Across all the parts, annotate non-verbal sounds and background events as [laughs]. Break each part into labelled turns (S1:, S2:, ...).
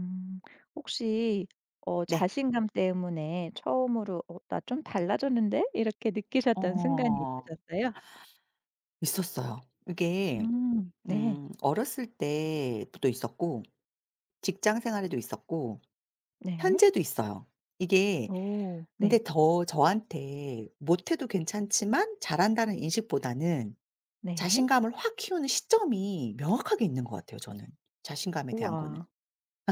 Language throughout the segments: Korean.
S1: 음. 혹시
S2: 네.
S1: 자신감 때문에 처음으로 '어 나 좀 달라졌는데?' 이렇게 느끼셨던 순간이
S2: 어
S1: 있으셨어요?
S2: 있었어요. 이게
S1: 음. 네.
S2: 어렸을 때도 있었고, 직장 생활에도 있었고,
S1: 네.
S2: 현재도 있어요. 이게,
S1: 오.
S2: 근데
S1: 네.
S2: 더 저한테 못해도 괜찮지만 잘한다는 인식보다는
S1: 네.
S2: 자신감을 확 키우는 시점이 명확하게 있는 것 같아요, 저는. 자신감에 대한 거는.
S1: 우와.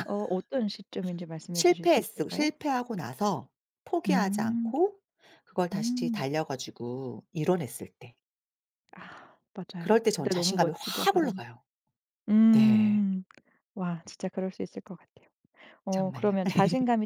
S1: 어떤 시점인지 말씀해
S2: 실
S1: 주실
S2: 패
S1: 수
S2: 했
S1: 있을까요?
S2: 실패하고 나서 포기하지
S1: 음.
S2: 않고 그걸 다시
S1: 음.
S2: 달려 가지고 이뤄냈을 때,
S1: 아 맞아요.
S2: 그럴 때 전
S1: 근데 너무
S2: 자신감이
S1: 멋지죠
S2: 확
S1: 사람.
S2: 올라가요. 네.
S1: 음. 와 진짜 그럴 수 있을 것 같아요.
S2: 정말요?
S1: 그러면
S2: [laughs]
S1: 자신감이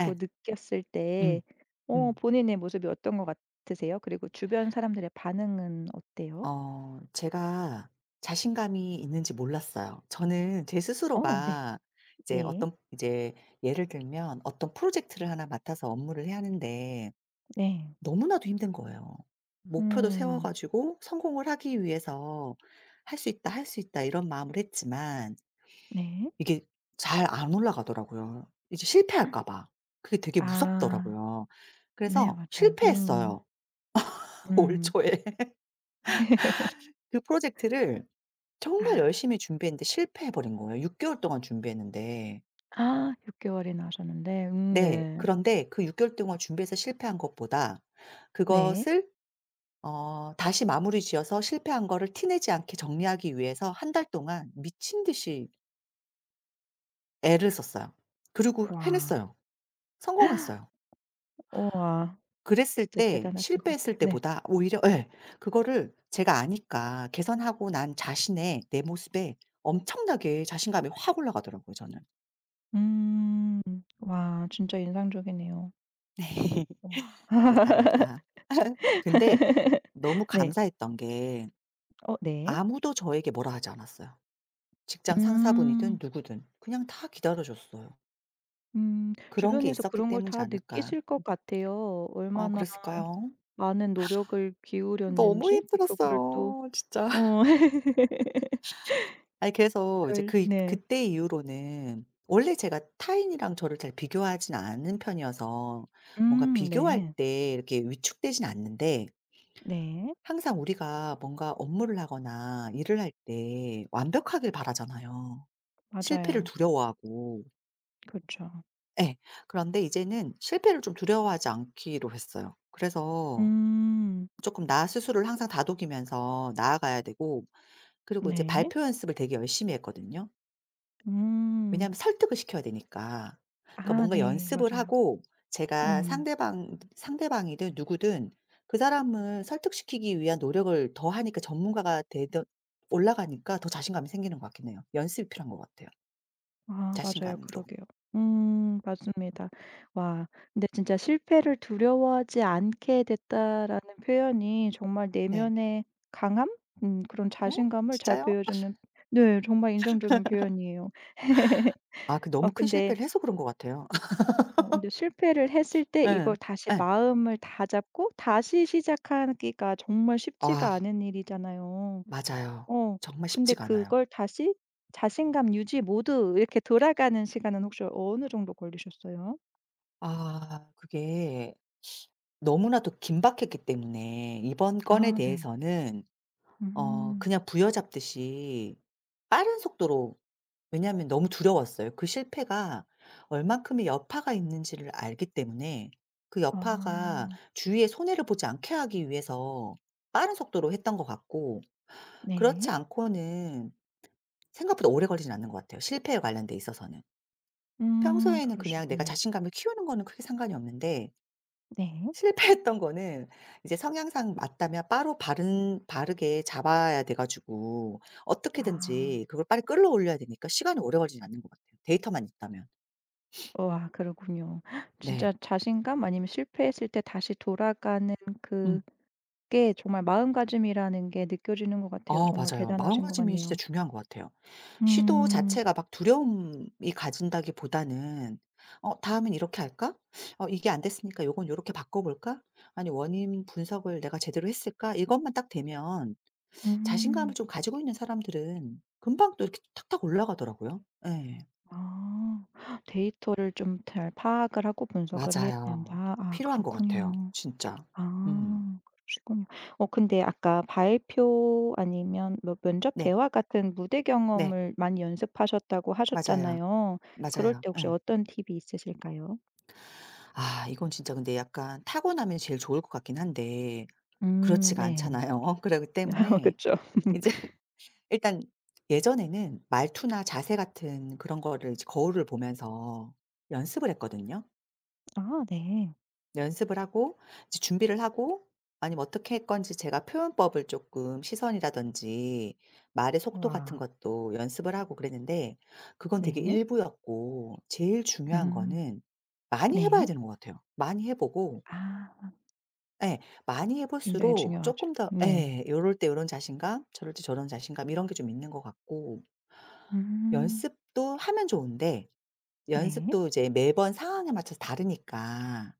S2: 예.
S1: 느꼈을 때
S2: 음. 음.
S1: 본인의 모습이 어떤 것 같으세요? 그리고 주변 사람들의 반응은 어때요?
S2: 제가 자신감이 있는지 몰랐어요, 저는 제
S1: 어 네.
S2: 스스로가. 이제
S1: 네.
S2: 어떤, 이제 예를 들면 어떤 프로젝트를 하나 맡아서 업무를 해야 하는데
S1: 네.
S2: 너무나도 힘든 거예요. 목표도 세워
S1: 음.
S2: 가지고 성공을 하기 위해서 '할 수 있다, 할 수 있다.' 이런 마음을 했지만
S1: 네.
S2: 이게 잘 안 올라가더라고요, 이제 실패할까 봐. 그게 되게
S1: 아.
S2: 무섭더라고요.
S1: 네
S2: 그래서
S1: 맞아요. 음.
S2: 실패했어요, [laughs] 올
S1: 음.
S2: 초에. 그 프로젝트를 정말
S1: 아.
S2: 열심히 준비했는데 실패해 버린 거예요, 6 개월 동안 준비했는데.
S1: 아 6개월 개월이나 하셨는데
S2: 네.
S1: 네.
S2: 그런데 그 6 개월 동안 준비해서 실패한 것보다
S1: 네.
S2: 그것을 다시 마무리 지어서 실패한 거를 티 내지 않게 정리하기 위해서 한 달 동안 미친 듯이 애를 썼어요. 그리고
S1: 와.
S2: 해냈어요. 성공했어요.
S1: 우와.
S2: 그랬을
S1: 진짜
S2: 때
S1: 대단하신 것 같아요.
S2: 실패했을
S1: 네.
S2: 때보다 오히려, 예. 그거를 제가 아니까 개선하고 난 자신의 내 모습에 엄청나게 자신감이 확 올라가더라고요, 저는.
S1: 음. 와 진짜 인상적이네요.
S2: [laughs]
S1: 와
S2: 그랬답니다. 근데 너무
S1: 네.
S2: 감사했던 게,
S1: 어 네.
S2: 아무도 저에게 뭐라 하지 않았어요. 직장
S1: 음.
S2: 상사분이든 누구든 그냥 다 기다려 줬어요.
S1: 음.
S2: 그런 게
S1: 주변에서
S2: 있었기
S1: 그런 걸
S2: 때문이지
S1: 다
S2: 않을까.
S1: 느끼실 것 같아요.
S2: 아
S1: 얼마나
S2: 그랬을까요?
S1: 많은 노력을
S2: 너무
S1: 기울였는지 또 그걸 또
S2: 힘들었어요 진짜. [laughs]
S1: 어 [laughs]
S2: 아니 그래서 이제
S1: 그걸
S2: 그,
S1: 네.
S2: 그때 이후로는 원래 제가 타인이랑 저를 잘 비교하진 않은 편이어서 뭔가 비교할
S1: 네.
S2: 때 이렇게 위축되진 않는데,
S1: 네.
S2: 항상 우리가 뭔가 업무를 하거나 일을 할 때 완벽하길 바라잖아요. 실패를
S1: 맞아요.
S2: 두려워하고.
S1: 그쵸.
S2: 예. 그런데 이제는 실패를 좀 두려워하지 않기로 했어요. 그래서
S1: 음.
S2: 쪼끔 나 스스로를 항상 다독이면서 나아가야 되고, 그리고 이제
S1: 네.
S2: 발표 연습을 되게 열심히 했거든요.
S1: 음.
S2: 왜냐하면 설득을 시켜야 되니까. 그러니까
S1: 아
S2: 뭔가
S1: 네.
S2: 연습을
S1: 맞아요.
S2: 하고, 제가
S1: 음.
S2: 상대방이든 누구든 그 사람을 설득시키기 위한 노력을 더 하니까 전문가가 되던, 올라가니까 더 자신감이 생기는 것 같긴 해요. 연습이 필요한 것 같아요,
S1: 아 맞아요.
S2: 자신감도.
S1: 그러게요. 맞습니다. 와 근데 진짜 "실패를 두려워하지 않게 됐다."라는 표현이 정말
S2: 네.
S1: 내면의 강함? 그런
S2: 음.
S1: 자신감을 잘
S2: 진짜요?
S1: 보여주는 네 정말 인상적인 표현이에요. [laughs]
S2: 아 그,
S1: 어
S2: 너무 큰
S1: 근데
S2: 실패를 해서 그런 것 같아요. [laughs]
S1: 근데 실패를 했을 때 이걸
S2: 예.
S1: 다시
S2: 예.
S1: 마음을 다잡고 다시 시작하기가 정말
S2: 아
S1: 쉽지가 않은 일이잖아요.
S2: 맞아요.
S1: 어.
S2: 정말
S1: 근데
S2: 쉽지가 않아요.
S1: 그걸 다시 자신감 유지 모두 이렇게 돌아가는 시간은 혹시 어느 정도 걸리셨어요?
S2: 아 그게, 너무나도 긴박했기 때문에 이번 건에
S1: 아 네.
S2: 대해서는
S1: 음.
S2: 그냥 부여잡듯이 빠른 속도로. 왜냐하면 너무 두려웠어요. 그 실패가 얼만큼의 여파가 있는지를 알기 때문에, 그 여파가
S1: 아.
S2: 주위에 손해를 보지 않게 하기 위해서 빠른 속도로 했던 것 같고.
S1: 네.
S2: 그렇지 않고는, 생각보다 오래 걸리진 않는 것 같아요, 실패에 관련돼 있어서는. 평소에는 그냥 내가
S1: 그러시군요.
S2: 자신감을 키우는 거는 크게 상관이 없는데,
S1: 네.
S2: 실패했던 거는 이제 성향상 맞다면 바로 바른 바르게 잡아야 돼 가지고
S1: 아.
S2: 어떻게든지 그걸 빨리 끌어올려야 되니까 시간이 오래 걸리진 않는 것 같아요, 데이터만 있다면.
S1: 와 그러군요.
S2: 네.
S1: 진짜 자신감 아니면 실패했을 때 다시 돌아가는
S2: 음.
S1: 그게 정말 마음가짐이라는 게 느껴지는 것 같아요.
S2: 아
S1: 정말
S2: 맞아요.
S1: 대단하신 것
S2: 마음가짐이 진짜
S1: 같네요.
S2: 중요한 것 같아요. 시도
S1: 음.
S2: 자체가 막 두려움이 가진다기보다는 다음엔 이렇게 할까? 이게 안 됐으니까 요건 요렇게 바꿔 볼까? 아니 원인 분석을 내가 제대로 했을까?' 이것만 딱 되면,
S1: 음.
S2: 자신감을 좀 가지고 있는 사람들은 금방 또 이렇게 탁탁 올라가더라고요. 예.
S1: 아. 데이터를 좀 잘 파악을 하고 분석을 해야
S2: 맞아요.
S1: 된다. 아
S2: 필요한 것 같아요,
S1: 그렇군요.
S2: 진짜. 음.
S1: 아 그러시군요. 근데 아까 발표 아니면 뭐 면접
S2: 네.
S1: 대화 같은 무대
S2: 네.
S1: 경험을 많이 연습하셨다고
S2: 맞아요.
S1: 하셨잖아요. 그럴
S2: 맞아요.
S1: 때 혹시
S2: 예.
S1: 어떤 팁이 있으실까요?
S2: 아 이건 진짜 근데 약간 타고나면 제일 좋을 것 같긴 한데, 그렇지가
S1: 네.
S2: 않잖아요. [laughs] 그러기
S1: [laughs]
S2: 때문에
S1: 그쵸. [laughs]
S2: 이제 [laughs] 일단 예전에는 말투나 자세 같은 그런 거를 이제 거울을 보면서 연습을 했거든요.
S1: 아 네.
S2: 연습을 하고 이제 준비를 하고, 아니면 어떻게 할 건지 제가 표현법을 조금, 시선이라든지 말의 속도 같은
S1: 와.
S2: 것도 연습을 하고 그랬는데, 그건 되게
S1: 네.
S2: 일부였고 제일 중요한
S1: 음
S2: 거는 많이 해 봐야
S1: 네.
S2: 되는 것 같아요. 많이 해 보고.
S1: 아
S2: 예. 많이 해
S1: 굉장히
S2: 볼수록
S1: 중요하죠.
S2: 쪼끔 더,
S1: 네.
S2: 예, 요럴 때 요런 자신감, 저럴 때 저런 자신감 이런 게 좀 있는 것 같고.
S1: 음
S2: 연습도 하면 좋은데,
S1: 네.
S2: 연습도 이제 매번 상황에 맞춰서 다르니까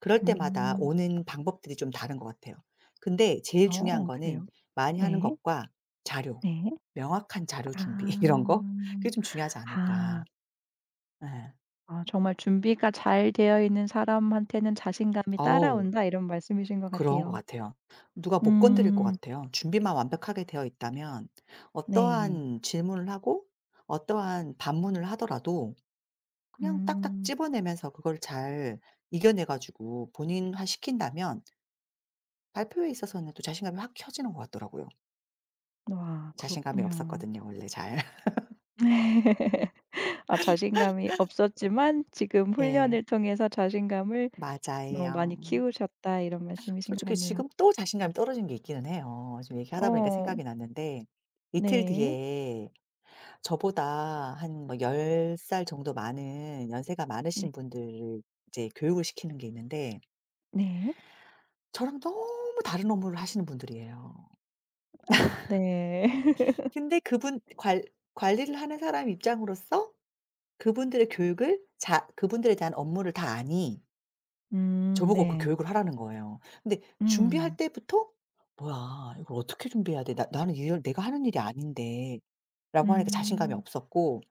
S2: 그럴 때마다
S1: 음.
S2: 오는 방법들이 좀 다른 것 같아요. 근데 제일 중요한
S1: 어 그래요?
S2: 거는 많이 하는
S1: 네.
S2: 것과 자료,
S1: 네.
S2: 명확한 자료 준비, [laughs] 이런 거, 그게
S1: 아.
S2: 좀 중요하지 않을까.
S1: 아.
S2: 예.
S1: 아 정말 준비가 잘 되어 있는 사람한테는 자신감이
S2: 어우.
S1: 따라온다 이런 말씀이신 것
S2: 그런 것
S1: 같아요.
S2: 같아요. 누가 못 건드릴 것
S1: 음.
S2: 같아요, 준비만 완벽하게 되어 있다면.
S1: 네.
S2: 어떠한 질문을 하고 어떠한 반문을 하더라도 그냥 딱딱
S1: 음.
S2: 집어내면서 그걸 잘 이겨내 가지고 본인화 시킨다면 발표에 있어서는 또 자신감이 확 켜지는 것 같더라고요.
S1: 와
S2: 자신감이
S1: 그렇군요.
S2: 없었거든요 원래 잘. [laughs]
S1: [laughs] 아 자신감이 없었지만 지금
S2: 예.
S1: 훈련을 통해서 자신감을 많이
S2: 맞아요.
S1: 키우셨다 이런 말씀이신 것
S2: 솔직히
S1: 같네요.
S2: 지금 또 자신감이 떨어진 게 있기는 해요. 지금 얘기하다 보니까
S1: 어.
S2: 생각이 났는데, 이틀
S1: 네.
S2: 뒤에 저보다 한 뭐 10살 정도 많은, 연세가 많으신
S1: 네.
S2: 분들을 이제 교육을 시키는 게 있는데,
S1: 네.
S2: 저랑 너무 다른 업무를 하시는 분들이에요.
S1: 아 네. [laughs]
S2: 근데 그분 관 관리를 하는 사람 입장으로서 그분들의 교육을 자, 그분들에 대한 업무를 다 아니 저보고 그
S1: 네.
S2: 교육을 하라는 거예요. 근데 준비할
S1: 음.
S2: 때부터 '뭐야 이걸 어떻게 준비해야 돼? 나 나는 이걸 내가 하는 일이 아닌데.'라고 하니까 자신감이
S1: 음.
S2: 없었고.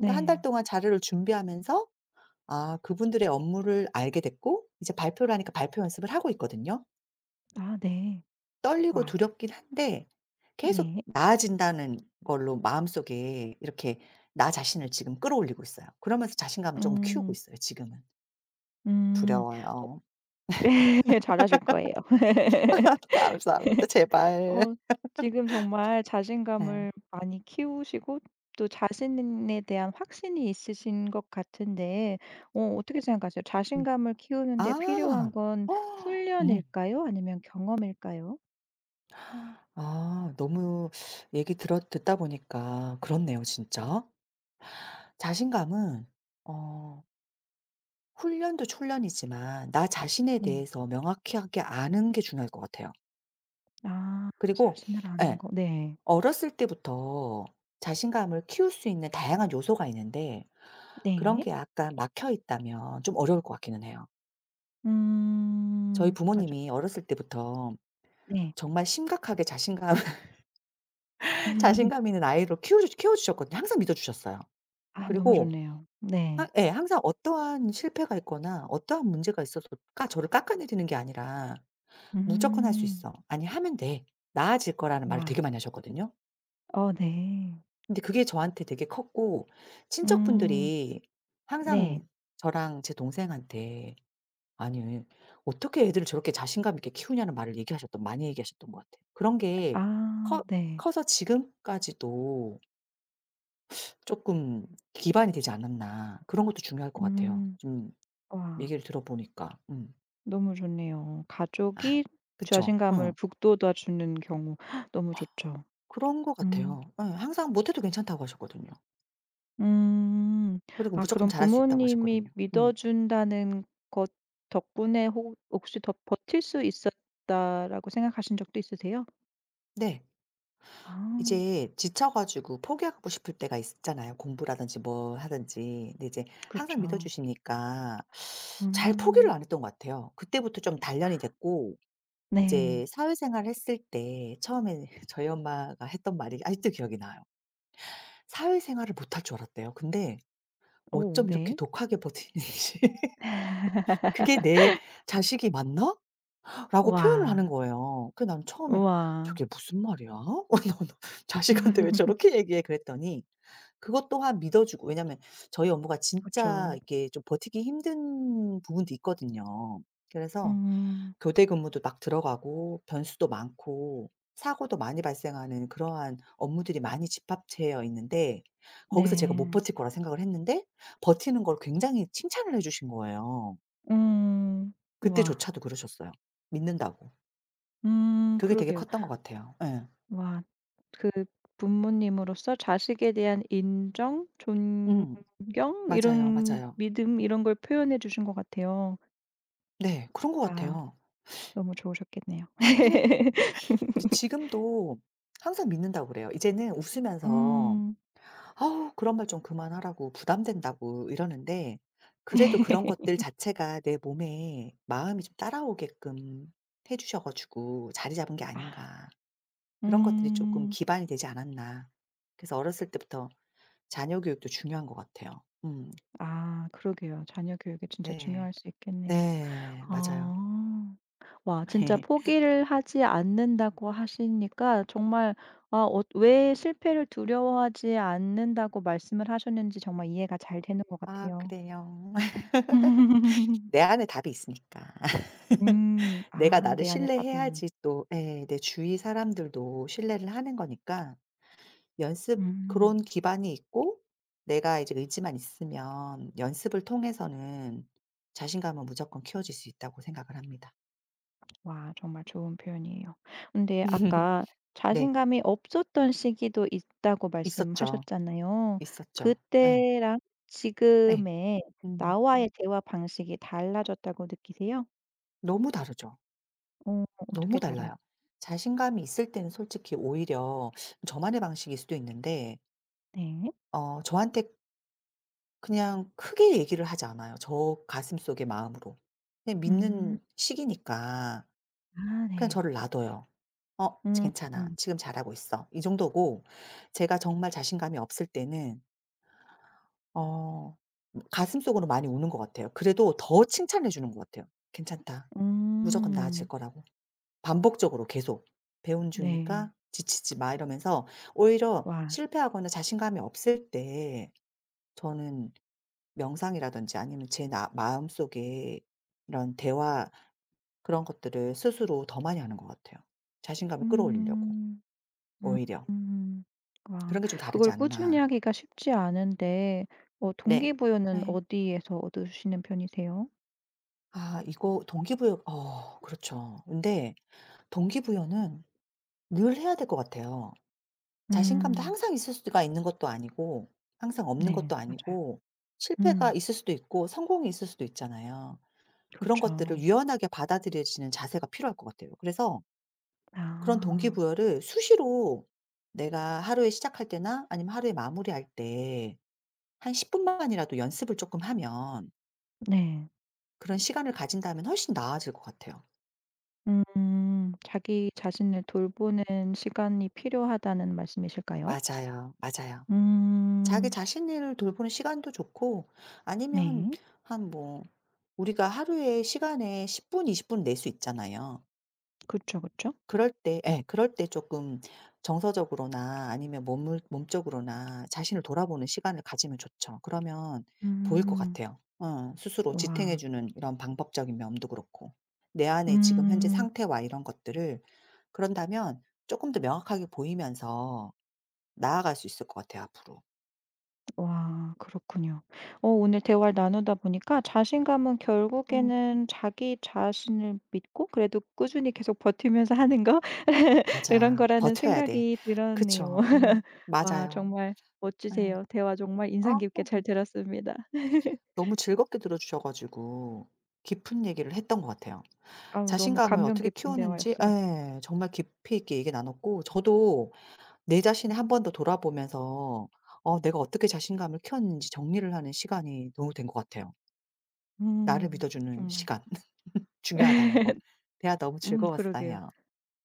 S2: 근데 한 달 동안 자료를 준비하면서 아 그분들의 업무를 알게 됐고 이제 발표를 하니까 발표 연습을 하고 있거든요.
S1: 아 네.
S2: 떨리고
S1: 와
S2: 두렵긴 한데 계속
S1: 네.
S2: 나아진다는 걸로 마음속에 이렇게 나 자신을 지금 끌어올리고 있어요. 그러면서 자신감을 조금 키우고
S1: 음.
S2: 있어요, 지금은.
S1: 음. 어
S2: 두려워요.
S1: [laughs] 네 잘하실 거예요.
S2: [laughs] 감사합니다.
S1: [laughs]
S2: 제발.
S1: 어 지금 정말
S2: 네.
S1: 자신감을 많이 키우시고 또 자신에 대한 확신이 있으신 것 같은데 어떻게 생각하세요?
S2: 음.
S1: 자신감을 키우는 데 필요한
S2: 아.
S1: 건
S2: 어, 음.
S1: 훈련일까요? 아니면 경험일까요?
S2: 아 너무 얘기 들어 듣다 보니까 그렇네요, 진짜. 자신감은 어 훈련도 훈련이지만 나 자신에
S1: 네.
S2: 대해서 명확히 하게 아는 게 중요할 것 같아요.
S1: 아
S2: 그리고
S1: 자신을 아는
S2: 예.
S1: 거. 네.
S2: 어렸을 때부터 자신감을 키울 수 있는 다양한 요소가 있는데 그런
S1: 네.
S2: 게 약간 막혀 있다면 좀 어려울 것 같기는 해요. 저희
S1: 음. 맞아요.
S2: 부모님이 어렸을 때부터
S1: 네.
S2: 정말 심각하게 자신감, [laughs] 자신감
S1: [laughs]
S2: 있는 아이로 키워 주셨거든요. 항상 믿어 주셨어요.
S1: 아 너무
S2: 그리고
S1: 좋네요.
S2: 항
S1: 네.
S2: 예 항상 어떠한 실패가 있거나 어떠한 문제가 있어서 까 저를 깎아내리는 게 아니라 "무조건 할 수
S1: 음.
S2: 있어." "아니 하면 돼. 나아질 거라는 말을 되게
S1: 와.
S2: 많이 하셨거든요.
S1: 어 네.
S2: 근데 그게 저한테 되게 컸고.
S1: 음
S2: 친척분들이
S1: 네.
S2: 항상 저랑 제 동생한테 "아니 어떻게 애들을 저렇게 자신감 있게 키우냐."는 말을 얘기하셨던 많이 얘기하셨던 것 같아요. 그런 게
S1: 아
S2: 커
S1: 네.
S2: 커서 지금까지도 조금 기반이 되지 않았나. 그런 것도 중요할 것 같아요,
S1: 음.
S2: 좀
S1: 와
S2: 얘기를 들어보니까. 음.
S1: 너무 좋네요.
S2: 아
S1: 가족이
S2: 그쵸.
S1: 자신감을
S2: 응.
S1: 북돋아 주는 경우 너무 좋죠.
S2: 그런 것 같아요.
S1: 음.
S2: 응, 항상 못해도 괜찮다고 하셨거든요.
S1: 음.
S2: 그리고
S1: 아
S2: 무조건
S1: 그럼
S2: 잘할 수 있다고 하셨거든요.
S1: 부모님이 믿어
S2: 음.
S1: 준다는 것 덕분에 혹 혹시 더 버틸 수 있었다라고 생각하신 적도 있으세요?
S2: 네.
S1: 아
S2: 이제 지쳐 가지고 포기하고 싶을 때가 있잖아요, 공부라든지 뭘 하든지. 근데 이제 항상 믿어
S1: 그렇죠.
S2: 주시니까 잘 포기를
S1: 음.
S2: 안 했던 것 같아요. 그때부터 좀 단련이 됐고.
S1: 네.
S2: 이제 사회생활을 했을 때 처음에 [laughs] 저희 엄마가 했던 말이 아직도 기억이 나요. 사회생활을 못할 줄 알았대요. 근데
S1: 오
S2: 어쩜 이렇게
S1: 네.
S2: 독하게 버티는지. [laughs] 그게 '내 자식이 맞나?' 라고 표현을
S1: 와
S2: 하는 거예요. 그 난 처음에
S1: 우와.
S2: '저게 무슨 말이야? [laughs] 자식한테 왜 저렇게 얘기해?' 그랬더니 그것 또한 믿어 주고. 왜냐면 저희 업무가
S1: 그
S2: 진짜
S1: 죠
S2: 이게 좀 버티기 힘든 부분도 있거든요.
S1: [laughs]
S2: 그래서
S1: 음.
S2: 교대 근무도 막 들어가고 변수도 많고 사고도 많이 발생하는 그러한 업무들이 많이 집합되어 있는데, 거기서 제가 못
S1: 네.
S2: 버틸 거라 생각을 했는데 버티는 걸 굉장히 칭찬을 해 주신 거예요.
S1: 음. 와
S2: 그때조차도 그러셨어요, 믿는다고. 그게 되게
S1: 그러게요.
S2: 컸던 것 같아요. 예.
S1: 와 그 부모님으로서 자식에 대한 인정, 존경
S2: 음. 맞아요,
S1: 이런
S2: 맞아요.
S1: 믿음 이런 걸 표현해 주신 것 같아요.
S2: 네. 그런 것
S1: 와
S2: 같아요.
S1: 너무 좋으셨겠네요.
S2: 근데
S1: [laughs]
S2: 지금도 항상 믿는다고 그래요. 이제는 웃으면서
S1: 음.
S2: "아우 그런 말 좀 그만하라고. 부담된다고." 이러는데 그래도 그런
S1: [laughs]
S2: 것들 자체가 내 몸에 마음이 좀 따라오게끔 해 주셔 가지고 자리 잡은 게 아닌가. 그런 것들이 쪼끔
S1: 음.
S2: 기반이 되지 않았나. 그래서 어렸을 때부터 자녀 교육도 중요한 것 같아요. 음.
S1: 아 그러게요. 자녀 교육이 진짜
S2: 네.
S1: 중요할 수 있겠네요.
S2: 네. 맞아요.
S1: 아. 와 진짜
S2: [laughs]
S1: 포기를 하지 않는다고 하시니까 정말 왜 실패를 두려워하지 않는다고 말씀을 하셨는지 정말 이해가 잘 되는 것
S2: 아
S1: 같아요.
S2: 그래요. [laughs] 내
S1: [laughs]
S2: 안에 답이 있으니까. [laughs] 내가
S1: 아
S2: 나를
S1: 내 안에 답이 있는.
S2: 신뢰해야지 또, 예, 내 주위 사람들도 신뢰를 하는 거니까. 연습,
S1: 음.
S2: 그런 기반이 있고 내가 이제 의지만 있으면 연습을 통해서는 자신감은 무조건 키워질 수 있다고 생각을 합니다.
S1: 와 정말 좋은 표현이에요. 근데
S2: [laughs]
S1: 아까
S2: 네.
S1: 자신감이 없었던 시기도 있다고
S2: 있었죠.
S1: 말씀하셨잖아요.
S2: 있었죠. 예.
S1: 그때랑
S2: 예.
S1: 지금의
S2: 음.
S1: 나와의 대화 방식이 달라졌다고 느끼세요?
S2: 너무 다르죠. 너무
S1: 어떻게 다른
S2: 달라요. 자신감이 있을 때는 솔직히 오히려 저만의 방식일 수도 있는데
S1: 네.
S2: 저한테 그냥 크게 얘기를 하지 않아요, 저 가슴속의 마음으로. 그냥
S1: 음.
S2: 믿는 시기니까
S1: 아
S2: 그냥
S1: 네.
S2: 저를 놔둬요. "어
S1: 음.
S2: 괜찮아.
S1: 음.
S2: 지금 잘하고 있어." 이 정도고. 제가 정말 자신감이 없을 때는 어 가슴속으로 많이 우는 것 같아요. 그래도 더 칭찬해 주는 것 같아요. "괜찮다. 무조건 나아질
S1: 음.
S2: 거라고." 반복적으로 계속 배운
S1: 네.
S2: 중이니까 지치지 마." 이러면서 오히려
S1: 와.
S2: 실패하거나 자신감이 없을 때 저는 명상이라든지, 아니면 제 나 마음속에 이런 대화, 그런 것들을 스스로 더 많이 하는 것 같아요, 자신감을 끌어올리려고,
S1: 음.
S2: 오히려.
S1: 음. 와.
S2: 그런 게 좀 다르지
S1: 그걸 꾸준히
S2: 않나.
S1: 하기가 쉽지 않은데
S2: 네.
S1: 동기부여는
S2: 네.
S1: 어디에서 얻으시는 편이세요?
S2: 아 이거 동기부여, 그렇죠. 근데 동기부여는 늘 해야 될 것 같아요. 자신감도
S1: 음.
S2: 항상 있을 수가 있는 것도 아니고 항상 없는
S1: 네.
S2: 것도
S1: 맞아요.
S2: 아니고, 실패가
S1: 음.
S2: 있을 수도 있고 성공이 있을 수도 있잖아요. 그런 것들을
S1: 그렇죠.
S2: 유연하게 받아들여지는 자세가 필요할 것 같아요. 그래서 그런
S1: 아.
S2: 동기부여를 수시로, 내가 하루에 시작할 때나 아니면 하루에 마무리할 때 한 10 분만이라도 연습을 조금 하면,
S1: 네.
S2: 그런 시간을 가진다면 훨씬 나아질 것 같아요.
S1: 음. 자기 자신을 돌보는 시간이 필요하다는 말씀이실까요?
S2: 맞아요. 맞아요. 자기
S1: 음.
S2: 자신을 돌보는 시간도 좋고 아니면
S1: 네.
S2: 한 뭐, 우리가 하루에 시간에 10 분, 20분 낼 수 있잖아요.
S1: 그쵸, 그쵸.
S2: 그럴 때, 예, 그럴 때 조금 정서적으로나 아니면 몸을 몸적으로나 자신을 돌아보는 시간을 가지면 좋죠. 그러면 보일 것
S1: 음.
S2: 같아요, 스스로 지탱해
S1: 와.
S2: 주는 이런 방법적인 면도 그렇고. 내 안에 지금 현재
S1: 음.
S2: 상태와 이런 것들을, 그런다면 조금 더 명확하게 보이면서 나아갈 수 있을 것 같아요, 앞으로.
S1: 와 그렇군요. 오늘 대화를 나누다 보니까 자신감은
S2: 음.
S1: 결국에는 자기 자신을 믿고 그래도 꾸준히 계속 버티면서 하는 거 [laughs] 이런
S2: 맞아. [laughs]
S1: 거라는
S2: 버텨야 돼.
S1: 생각이 들었네요.
S2: 그쵸. 음.
S1: [laughs] 와
S2: 맞아요.
S1: 정말
S2: 예.
S1: 멋지세요. 대화 정말 인상
S2: 아.
S1: 깊게 잘
S2: 음.
S1: 들었습니다.
S2: 너무 즐겁게 들어 주셔 가지고 깊은 얘기를 했던 것 같아요.
S1: 아우 너무
S2: 자신감을
S1: 감명
S2: 어떻게
S1: 깊은
S2: 키우는지,
S1: 대화였어요.
S2: 예, 정말 깊이 있게 얘기 나눴고, 저도 내 자신을 한 번 더 돌아보면서 내가 어떻게 자신감을 키웠는지 정리를 하는 시간이 너무 된 것 같아요. 나를
S1: 음
S2: 믿어주는
S1: 정말.
S2: 시간, [laughs] 중요하다는 거. 대화 너무
S1: [laughs] 그러게요.
S2: 즐거웠어요.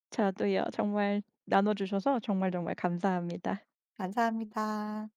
S1: 저도요. 정말 나눠 주셔서 정말 정말 감사합니다.
S2: 감사합니다.